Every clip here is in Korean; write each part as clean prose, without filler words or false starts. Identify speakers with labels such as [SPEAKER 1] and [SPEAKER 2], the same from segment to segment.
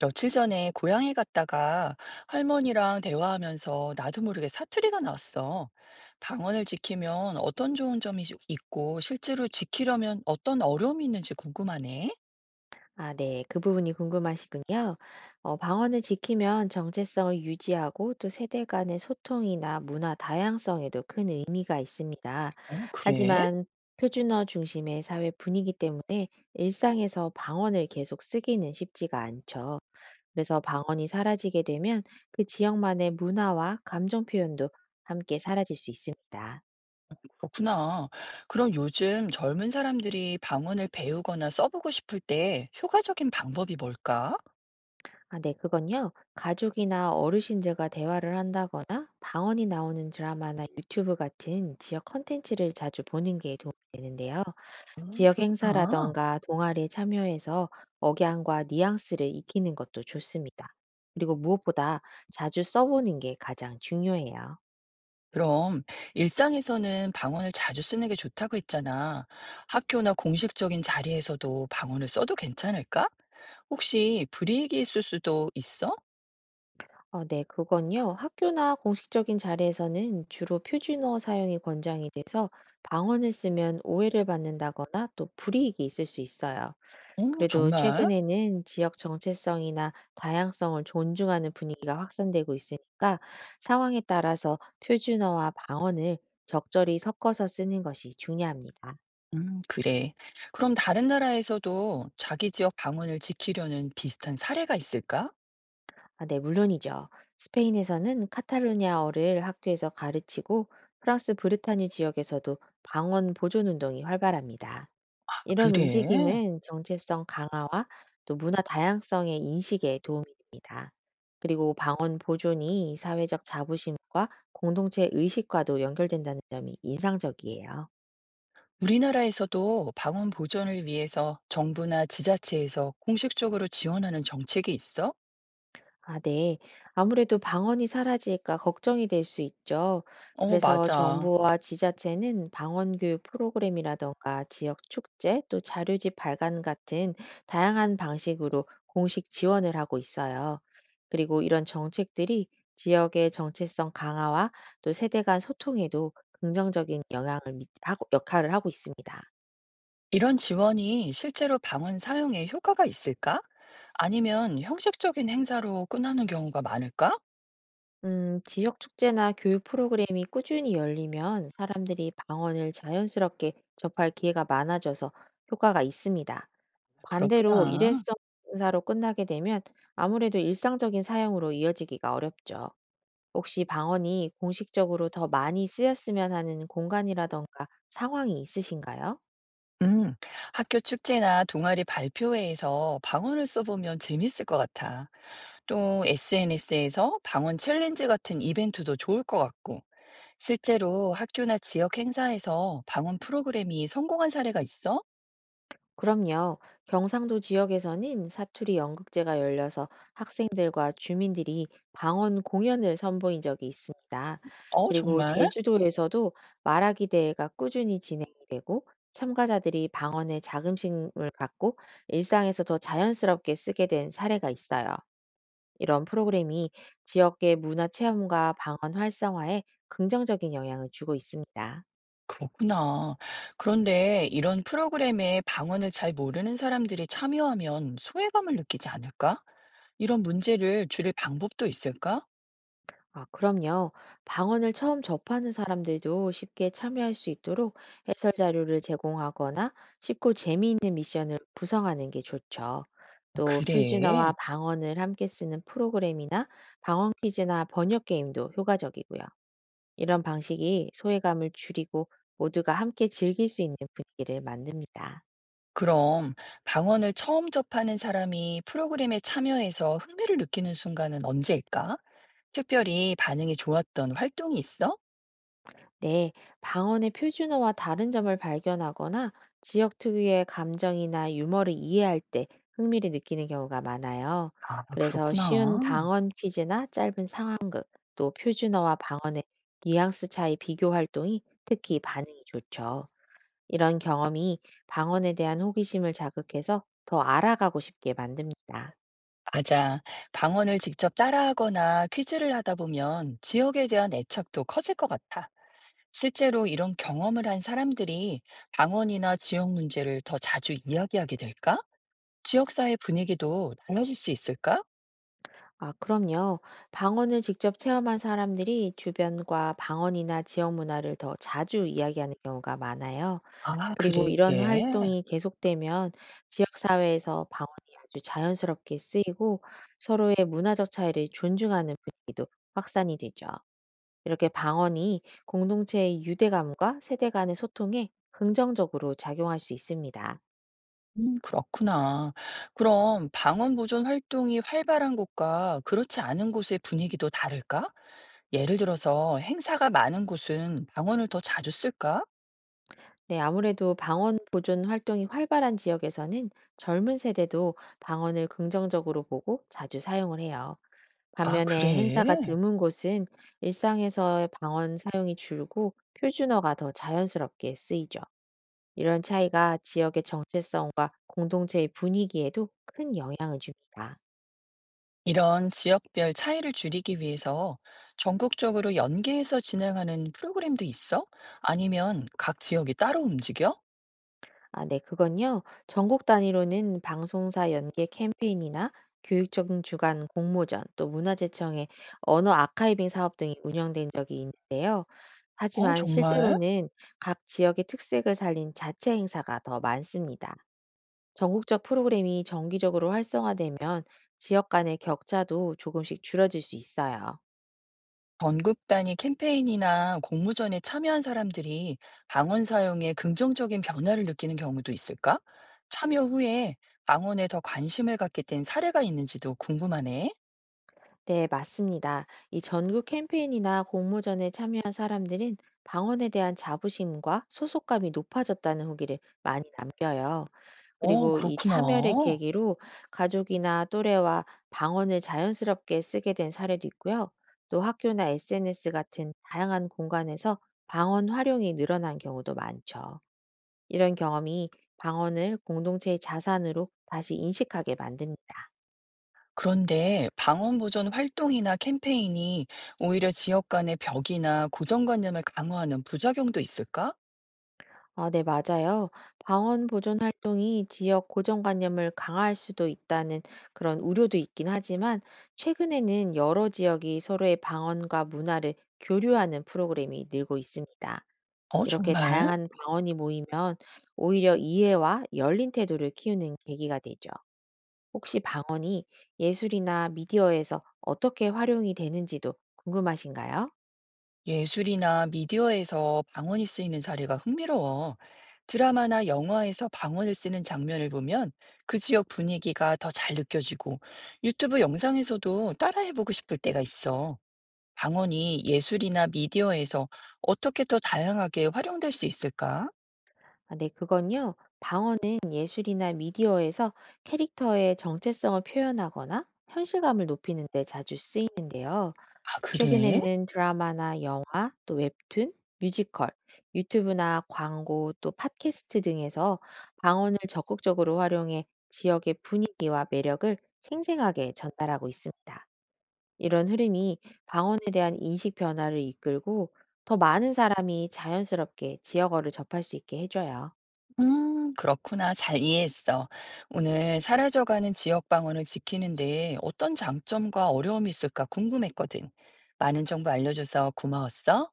[SPEAKER 1] 며칠 전에 고향에 갔다가 할머니랑 대화하면서 나도 모르게 사투리가 나왔어. 방언을 지키면 어떤 좋은 점이 있고 실제로 지키려면 어떤 어려움이 있는지 궁금하네.
[SPEAKER 2] 네. 그 부분이 궁금하시군요. 방언을 지키면 정체성을 유지하고 또 세대 간의 소통이나 문화 다양성에도 큰 의미가 있습니다.
[SPEAKER 1] 어, 그래?
[SPEAKER 2] 하지만 표준어 중심의 사회 분위기 때문에 일상에서 방언을 계속 쓰기는 쉽지가 않죠. 그래서 방언이 사라지게 되면 그 지역만의 문화와 감정 표현도 함께 사라질 수 있습니다.
[SPEAKER 1] 그렇구나. 그럼 요즘 젊은 사람들이 방언을 배우거나 써보고 싶을 때 효과적인 방법이 뭘까?
[SPEAKER 2] 아, 네, 그건요. 가족이나 어르신들과 대화를 한다거나 방언이 나오는 드라마나 유튜브 같은 지역 컨텐츠를 자주 보는 게 도움이 되는데요.
[SPEAKER 1] 아,
[SPEAKER 2] 지역
[SPEAKER 1] 그렇구나.
[SPEAKER 2] 행사라던가 동아리에 참여해서 억양과 뉘앙스를 익히는 것도 좋습니다. 그리고 무엇보다 자주 써보는 게 가장 중요해요.
[SPEAKER 1] 그럼 일상에서는 방언을 자주 쓰는 게 좋다고 했잖아. 학교나 공식적인 자리에서도 방언을 써도 괜찮을까? 혹시 불이익이 있을 수도 있어?
[SPEAKER 2] 어, 네, 그건요. 학교나 공식적인 자리에서는 주로 표준어 사용이 권장이 돼서 방언을 쓰면 오해를 받는다거나 또 불이익이 있을 수 있어요.
[SPEAKER 1] 어,
[SPEAKER 2] 그래도
[SPEAKER 1] 정말?
[SPEAKER 2] 최근에는 지역 정체성이나 다양성을 존중하는 분위기가 확산되고 있으니까 상황에 따라서 표준어와 방언을 적절히 섞어서 쓰는 것이 중요합니다.
[SPEAKER 1] 그래. 그럼 다른 나라에서도 자기 지역 방언을 지키려는 비슷한 사례가 있을까?
[SPEAKER 2] 아, 네, 물론이죠. 스페인에서는 카탈루냐어를 학교에서 가르치고 프랑스 브르타뉴 지역에서도 방언 보존 운동이 활발합니다.
[SPEAKER 1] 아,
[SPEAKER 2] 이런
[SPEAKER 1] 그래.
[SPEAKER 2] 움직임은 정체성 강화와 또 문화 다양성의 인식에 도움이 됩니다. 그리고 방언 보존이 사회적 자부심과 공동체 의식과도 연결된다는 점이 인상적이에요.
[SPEAKER 1] 우리나라에서도 방언 보존을 위해서 정부나 지자체에서 공식적으로 지원하는 정책이 있어?
[SPEAKER 2] 아, 네. 아무래도 방언이 사라질까 걱정이 될 수 있죠.
[SPEAKER 1] 어,
[SPEAKER 2] 그래서
[SPEAKER 1] 맞아.
[SPEAKER 2] 정부와 지자체는 방언 교육 프로그램이라던가 지역 축제, 또 자료집 발간 같은 다양한 방식으로 공식 지원을 하고 있어요. 그리고 이런 정책들이 지역의 정체성 강화와 또 세대 간 소통에도 긍정적인 영향을 역할을 하고 있습니다.
[SPEAKER 1] 이런 지원이 실제로 방언 사용에 효과가 있을까? 아니면 형식적인 행사로 끝나는 경우가 많을까?
[SPEAKER 2] 지역 축제나 교육 프로그램이 꾸준히 열리면 사람들이 방언을 자연스럽게 접할 기회가 많아져서 효과가 있습니다. 반대로
[SPEAKER 1] 그렇구나.
[SPEAKER 2] 일회성 사로 끝나게 되면 아무래도 일상적인 사용으로 이어지기가 어렵죠. 혹시 방언이 공식적으로 더 많이 쓰였으면 하는 공간이라던가 상황이 있으신가요?
[SPEAKER 1] 음, 학교 축제나 동아리 발표회에서 방언을 써보면 재밌을 것 같아. 또 SNS에서 방언 챌린지 같은 이벤트도 좋을 것 같고. 실제로 학교나 지역 행사에서 방언 프로그램이 성공한 사례가 있어?
[SPEAKER 2] 그럼요. 경상도 지역에서는 사투리 연극제가 열려서 학생들과 주민들이 방언 공연을 선보인 적이 있습니다.
[SPEAKER 1] 어,
[SPEAKER 2] 그리고
[SPEAKER 1] 정말?
[SPEAKER 2] 제주도에서도 말하기 대회가 꾸준히 진행되고 참가자들이 방언의 자긍심을 갖고 일상에서 더 자연스럽게 쓰게 된 사례가 있어요. 이런 프로그램이 지역의 문화 체험과 방언 활성화에 긍정적인 영향을 주고 있습니다.
[SPEAKER 1] 그렇구나. 그런데 이런 프로그램에 방언을 잘 모르는 사람들이 참여하면 소외감을 느끼지 않을까? 이런 문제를 줄일 방법도 있을까?
[SPEAKER 2] 아, 그럼요. 방언을 처음 접하는 사람들도 쉽게 참여할 수 있도록 해설 자료를 제공하거나 쉽고 재미있는 구성하는 게 좋죠. 또
[SPEAKER 1] 그래.
[SPEAKER 2] 표준어와 방언을 함께 쓰는 프로그램이나 방언 퀴즈나 번역 게임도 효과적이고요. 이런 방식이 소외감을 줄이고 모두가 함께 즐길 수 있는 분위기를 만듭니다.
[SPEAKER 1] 그럼 방언을 처음 접하는 사람이 프로그램에 참여해서 흥미를 느끼는 순간은 언제일까? 특별히 반응이 좋았던 활동이 있어?
[SPEAKER 2] 네, 방언의 표준어와 다른 점을 발견하거나 지역 특유의 감정이나 유머를 이해할 때 흥미를 느끼는 경우가 많아요.
[SPEAKER 1] 아,
[SPEAKER 2] 그래서 쉬운
[SPEAKER 1] 그렇구나.
[SPEAKER 2] 방언 퀴즈나 짧은 상황극, 또 표준어와 방언의 뉘앙스 차이 비교 활동이 특히 반응이 좋죠. 이런 경험이 방언에 대한 호기심을 자극해서 더 알아가고 싶게 만듭니다.
[SPEAKER 1] 맞아. 방언을 직접 따라하거나 퀴즈를 하다 보면 지역에 대한 애착도 커질 것 같아. 실제로 이런 경험을 한 사람들이 방언이나 지역 문제를 더 자주 이야기하게 될까? 지역사회 분위기도 달라질 수 있을까?
[SPEAKER 2] 아, 그럼요. 방언을 직접 체험한 사람들이 주변과 방언이나 지역 문화를 더 자주 이야기하는 경우가 많아요.
[SPEAKER 1] 아,
[SPEAKER 2] 그리고
[SPEAKER 1] 그래.
[SPEAKER 2] 이런 활동이 계속되면 지역 사회에서 방언이 아주 자연스럽게 쓰이고 서로의 문화적 차이를 존중하는 확산이 되죠. 이렇게 방언이 공동체의 유대감과 세대 간의 소통에 긍정적으로 작용할 수 있습니다.
[SPEAKER 1] 그렇구나. 그럼 방언 보존 활동이 활발한 곳과 그렇지 않은 곳의 분위기도 다를까? 예를 들어서 행사가 많은 곳은 방언을 더 자주 쓸까?
[SPEAKER 2] 네, 아무래도 방언 보존 활동이 활발한 지역에서는 젊은 세대도 방언을 긍정적으로 보고 자주 사용을 해요.
[SPEAKER 1] 아,
[SPEAKER 2] 반면에 행사가
[SPEAKER 1] 그래.
[SPEAKER 2] 드문 곳은 일상에서 방언 사용이 줄고 표준어가 더 자연스럽게 쓰이죠. 이런 차이가 지역의 정체성과 공동체의 분위기에도 큰 영향을 줍니다.
[SPEAKER 1] 이런 지역별 차이를 줄이기 위해서 전국적으로 연계해서 진행하는 프로그램도 있어? 아니면 각 지역이 따로 움직여?
[SPEAKER 2] 아, 네, 그건요. 전국 단위로는 방송사 연계 캠페인이나 교육청 주간 공모전, 또 문화재청의 언어 아카이빙 사업 등이 운영된,
[SPEAKER 1] 어,
[SPEAKER 2] 하지만
[SPEAKER 1] 정말?
[SPEAKER 2] 실제로는 각 지역의 특색을 살린 자체 행사가 더 많습니다. 전국적 프로그램이 정기 지역 간의 격차도 조금씩 줄어질 수 있어요.
[SPEAKER 1] 전국 단위 캠페인이나 공모전에 참여한 사람들이 방언 사용에 긍정적인 변화를 느끼는 경우도 있을까? 참여 후에 방언에 더 관심을 갖게 된 사례가 있는지도 궁금하네.
[SPEAKER 2] 네, 맞습니다. 이 전국 캠페인이나 공모전에 참여한 사람들은 방언에 대한 자부심과 소속감이 높아졌다는 후기를 많이 남겨요.
[SPEAKER 1] 어,
[SPEAKER 2] 그리고 이
[SPEAKER 1] 그렇구나.
[SPEAKER 2] 참여를 계기로 가족이나 또래와 방언을 자연스럽게 쓰게 된 사례도 있고요. 또 학교나 SNS 같은 다양한 공간에서 방언 활용이 늘어난 경우도 많죠. 이런 경험이 방언을 공동체의 자산으로 다시 인식하게 만듭니다.
[SPEAKER 1] 그런데 방언 보존 활동이나 캠페인이 오히려 지역 간의 벽이나 고정관념을 강화하는 부작용도 있을까?
[SPEAKER 2] 아, 네, 맞아요. 방언 보존 활동이 지역 고정관념을 강화할 수도 있다는 그런 우려도 있긴 하지만, 최근에는 여러 지역이 서로의 방언과 문화를 교류하는 프로그램이 늘고 있습니다.
[SPEAKER 1] 어,
[SPEAKER 2] 이렇게
[SPEAKER 1] 정말?
[SPEAKER 2] 다양한 방언이 모이면 오히려 이해와 열린 태도를 키우는 계기가 되죠. 혹시 방언이 예술이나 미디어에서 어떻게 활용이 되는지도 궁금하신가요?
[SPEAKER 1] 예술이나 미디어에서 방언이 쓰이는 사례가 흥미로워. 드라마나 영화에서 방언을 쓰는 장면을 보면 그 지역 분위기가 더 잘 느껴지고 유튜브 영상에서도 따라해보고 싶을 때가 있어. 방언이 예술이나 미디어에서 어떻게 더 다양하게 활용될 수 있을까?
[SPEAKER 2] 아, 네, 그건요. 방언은 예술이나 미디어에서 캐릭터의 정체성을 표현하거나 현실감을 높이는 데 자주 쓰이는데요.
[SPEAKER 1] 아, 그래?
[SPEAKER 2] 최근에는 드라마나 영화, 또 웹툰, 뮤지컬, 유튜브나 광고, 또 팟캐스트 등에서 방언을 적극적으로 활용해 지역의 분위기와 매력을 생생하게 전달하고 있습니다. 이런 흐름이 방언에 대한 인식 변화를 이끌고 더 많은 사람이 자연스럽게 지역어를 접할 수 있게 해줘요.
[SPEAKER 1] 그렇구나. 잘 이해했어. 오늘 사라져가는 지역 방언을 지키는데 어떤 장점과 어려움이 있을까 궁금했거든. 많은 정보 알려줘서 고마웠어.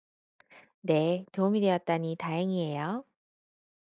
[SPEAKER 2] 네, 도움이 되었다니 다행이에요.